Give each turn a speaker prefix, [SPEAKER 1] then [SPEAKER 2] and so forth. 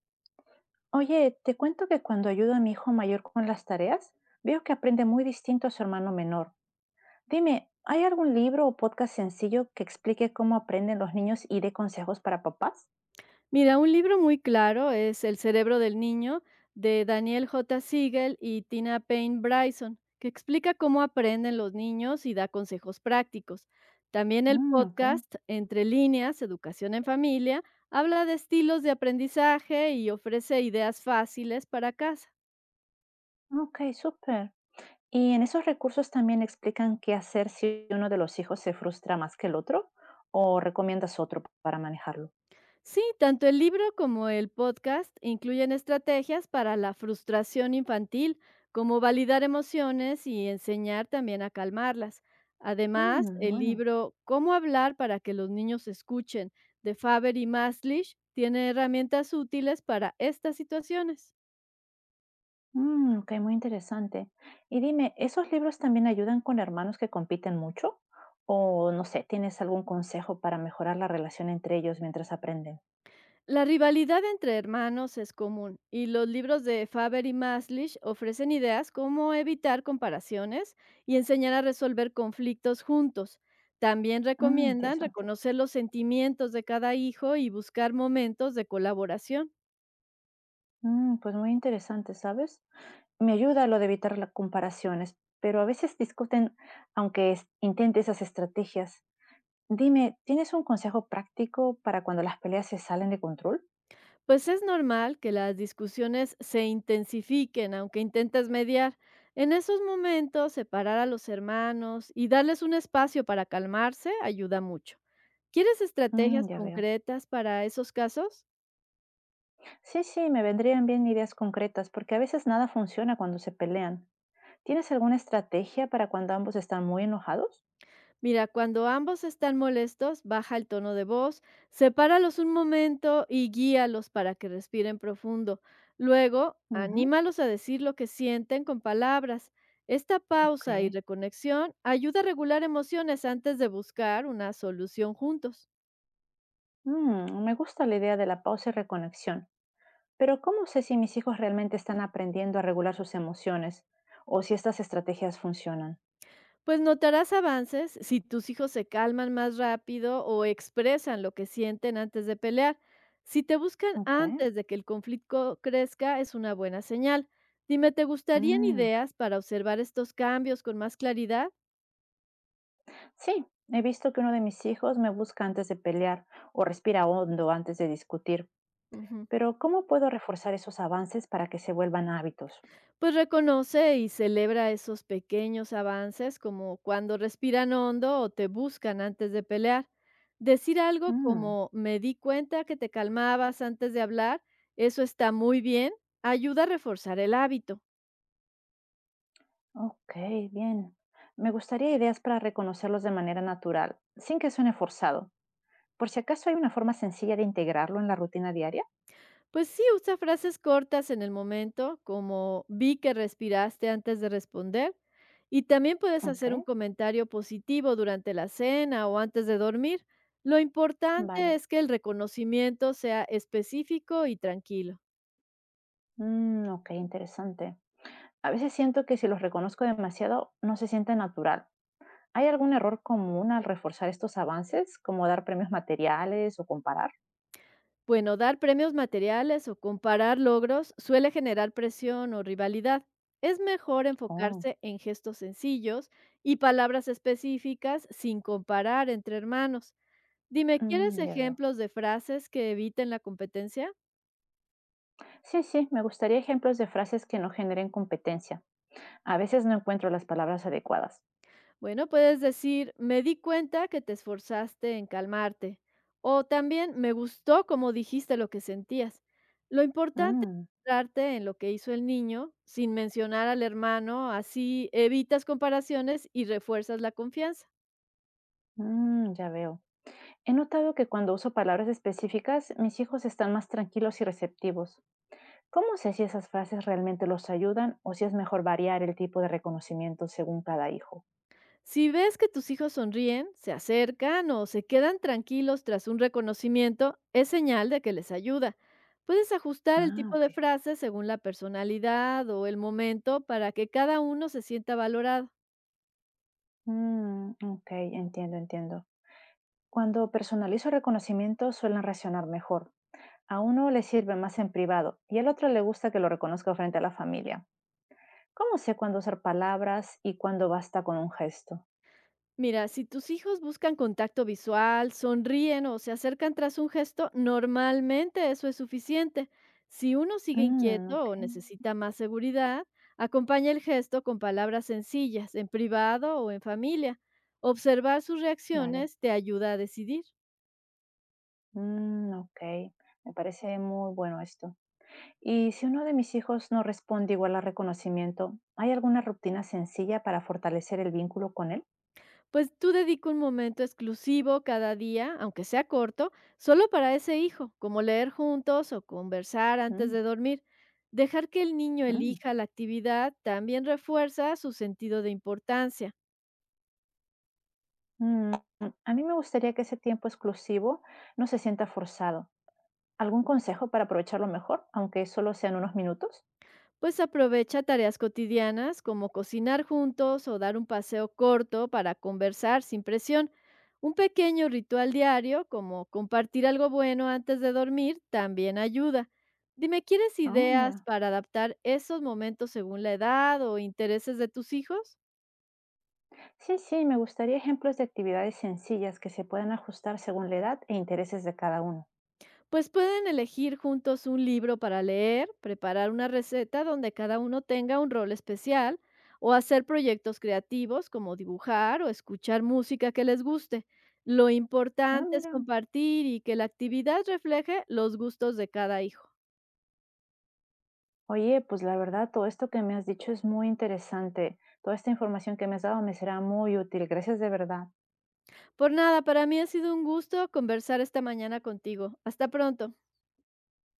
[SPEAKER 1] Oye, te cuento que cuando ayudo a mi hijo mayor con las tareas, veo que aprende muy distinto a su hermano menor. Dime, ¿hay algún libro o podcast sencillo que explique cómo aprenden los niños y dé consejos para papás?
[SPEAKER 2] Mira, un libro muy claro es El cerebro del niño de Daniel J. Siegel y Tina Payne Bryson, que explica cómo aprenden los niños y da consejos prácticos. También el
[SPEAKER 1] Mm, ok,
[SPEAKER 2] podcast Entre líneas, Educación en Familia, habla de estilos de aprendizaje y ofrece ideas fáciles para casa.
[SPEAKER 1] ok, súper. ¿Y en esos recursos también explican qué hacer si uno de los hijos se frustra más que el otro? ¿O recomiendas otro para manejarlo?
[SPEAKER 2] Sí, tanto el libro como el podcast incluyen estrategias para la frustración infantil, como validar emociones y enseñar también a calmarlas. Además,
[SPEAKER 1] Mm,
[SPEAKER 2] el
[SPEAKER 1] bueno.
[SPEAKER 2] libro Cómo hablar para que los niños escuchen de Faber y Maslisch tiene herramientas útiles para estas situaciones.
[SPEAKER 1] Mm, ok, muy interesante. Y dime, ¿esos libros también ayudan con hermanos que compiten mucho? O no sé, ¿tienes algún consejo para mejorar la relación entre ellos mientras aprenden?
[SPEAKER 2] La rivalidad entre hermanos es común y los libros de Faber y Maslisch ofrecen ideas como evitar comparaciones y enseñar a resolver conflictos juntos. También
[SPEAKER 1] Mm,
[SPEAKER 2] recomiendan
[SPEAKER 1] interesante.
[SPEAKER 2] reconocer los sentimientos de cada hijo y buscar momentos de colaboración.
[SPEAKER 1] Pues muy interesante, ¿sabes? Me ayuda lo de evitar las comparaciones, pero a veces discuten aunque intente esas estrategias. Dime, ¿tienes un consejo práctico para cuando las peleas se salen de control?
[SPEAKER 2] Pues es normal que las discusiones se intensifiquen aunque intentes mediar. En esos momentos, separar a los hermanos y darles un espacio para calmarse ayuda mucho. ¿Quieres
[SPEAKER 1] Mm,
[SPEAKER 2] estrategias
[SPEAKER 1] ya veo.
[SPEAKER 2] concretas para esos casos?
[SPEAKER 1] Sí, sí, me vendrían bien ideas concretas, porque a veces nada funciona cuando se pelean. ¿Tienes alguna estrategia para cuando ambos están muy enojados?
[SPEAKER 2] Mira, cuando ambos están molestos, baja el tono de voz, sepáralos un momento y guíalos para que respiren profundo. Luego,
[SPEAKER 1] Ujú.
[SPEAKER 2] anímalos a decir lo que sienten con palabras. Esta pausa y
[SPEAKER 1] Ok.
[SPEAKER 2] reconexión ayuda a regular emociones antes de buscar una solución juntos.
[SPEAKER 1] Me gusta la idea de la pausa y reconexión, pero ¿cómo sé si mis hijos realmente están aprendiendo a regular sus emociones o si estas estrategias funcionan?
[SPEAKER 2] Pues notarás avances si tus hijos se calman más rápido o expresan lo que sienten antes de pelear. Si te buscan
[SPEAKER 1] Ok.
[SPEAKER 2] antes de que el conflicto crezca, es una buena señal. Dime, ¿te gustarían
[SPEAKER 1] Mm, ok.
[SPEAKER 2] ideas para observar estos cambios con más claridad?
[SPEAKER 1] Sí, he visto que uno de mis hijos me busca antes de pelear o respira hondo antes de discutir,
[SPEAKER 2] Ujú.
[SPEAKER 1] pero ¿cómo puedo reforzar esos avances para que se vuelvan hábitos?
[SPEAKER 2] Pues reconoce y celebra esos pequeños avances como cuando respiran hondo o te buscan antes de pelear. Decir algo
[SPEAKER 1] Mm.
[SPEAKER 2] como me di cuenta que te calmabas antes de hablar, eso está muy bien, ayuda a reforzar el hábito.
[SPEAKER 1] Ok, bien. Me gustaría ideas para reconocerlos de manera natural, sin que suene forzado. Por si acaso hay una forma sencilla de integrarlo en la rutina diaria.
[SPEAKER 2] Pues sí, usa frases cortas en el momento, como vi que respiraste antes de responder, y también puedes
[SPEAKER 1] Ok,
[SPEAKER 2] hacer un comentario positivo durante la cena o antes de dormir. Lo importante
[SPEAKER 1] vale.
[SPEAKER 2] es que el reconocimiento sea específico y tranquilo.
[SPEAKER 1] Mm, ok, interesante. A veces siento que si los reconozco demasiado, no se siente natural. ¿Hay algún error común al reforzar estos avances, como dar premios materiales o comparar?
[SPEAKER 2] Bueno, dar premios materiales o comparar logros suele generar presión o rivalidad. Es mejor
[SPEAKER 1] Oh,
[SPEAKER 2] enfocarse en gestos sencillos y palabras específicas sin comparar entre hermanos. Dime, ¿quieres
[SPEAKER 1] ya veo.
[SPEAKER 2] ejemplos de frases que eviten la competencia?
[SPEAKER 1] Sí, sí, me gustaría ejemplos de frases que no generen competencia. A veces no encuentro las palabras adecuadas.
[SPEAKER 2] Bueno, puedes decir, me di cuenta que te esforzaste en calmarte. O también, me gustó cómo dijiste lo que sentías. Lo importante
[SPEAKER 1] Mm.
[SPEAKER 2] es centrarte en lo que hizo el niño sin mencionar al hermano, así evitas comparaciones y refuerzas la confianza.
[SPEAKER 1] Ya veo. He notado que cuando uso palabras específicas, mis hijos están más tranquilos y receptivos. ¿Cómo sé si esas frases realmente los ayudan o si es mejor variar el tipo de reconocimiento según cada hijo?
[SPEAKER 2] Si ves que tus hijos sonríen, se acercan o se quedan tranquilos tras un reconocimiento, es señal de que les ayuda. Puedes ajustar el
[SPEAKER 1] Ah,
[SPEAKER 2] tipo
[SPEAKER 1] ok.
[SPEAKER 2] de frase según la personalidad o el momento para que cada uno se sienta valorado.
[SPEAKER 1] Mm, ok, entiendo, entiendo. Cuando personalizo reconocimientos suelen reaccionar mejor. A uno le sirve más en privado y al otro le gusta que lo reconozca frente a la familia. ¿Cómo sé cuándo usar palabras y cuándo basta con un gesto?
[SPEAKER 2] Mira, si tus hijos buscan contacto visual, sonríen o se acercan tras un gesto, normalmente eso es suficiente. Si uno sigue
[SPEAKER 1] Mm, ok,
[SPEAKER 2] inquieto o necesita más seguridad, acompaña el gesto con palabras sencillas, en privado o en familia. Observar sus
[SPEAKER 1] vale.
[SPEAKER 2] reacciones te ayuda a decidir.
[SPEAKER 1] Ok, me parece muy bueno esto. Y si uno de mis hijos no responde igual al reconocimiento, ¿hay alguna rutina sencilla para fortalecer el vínculo con él?
[SPEAKER 2] Pues tú dedica un momento exclusivo cada día, aunque sea corto, solo para ese hijo, como leer juntos o conversar antes
[SPEAKER 1] Mm,
[SPEAKER 2] de dormir. Dejar que el niño
[SPEAKER 1] mm,
[SPEAKER 2] elija la actividad también refuerza su sentido de importancia.
[SPEAKER 1] mm. Mm. A mí me gustaría que ese tiempo exclusivo no se sienta forzado. ¿Algún consejo para aprovecharlo mejor, aunque solo sean unos minutos?
[SPEAKER 2] Pues aprovecha tareas cotidianas como cocinar juntos o dar un paseo corto para conversar sin presión. Un pequeño ritual diario como compartir algo bueno antes de dormir también ayuda. Dime, ¿quieres
[SPEAKER 1] Ah,
[SPEAKER 2] ideas
[SPEAKER 1] mira.
[SPEAKER 2] para adaptar esos momentos según la edad o intereses de tus hijos?
[SPEAKER 1] Sí, sí, me gustaría ejemplos de actividades sencillas que se puedan ajustar según la edad e intereses de cada uno.
[SPEAKER 2] Pues pueden elegir juntos un libro para leer, preparar una receta donde cada uno tenga un rol especial o hacer proyectos creativos como dibujar o escuchar música que les guste. Lo
[SPEAKER 1] Ah,
[SPEAKER 2] importante es
[SPEAKER 1] mira.
[SPEAKER 2] compartir y que la actividad refleje los gustos de cada hijo.
[SPEAKER 1] Oye, pues la verdad, todo esto que me has dicho es muy interesante. Toda esta información que me has dado me será muy útil. Gracias de verdad.
[SPEAKER 2] Por nada, para mí ha sido un gusto conversar esta mañana contigo. Hasta pronto.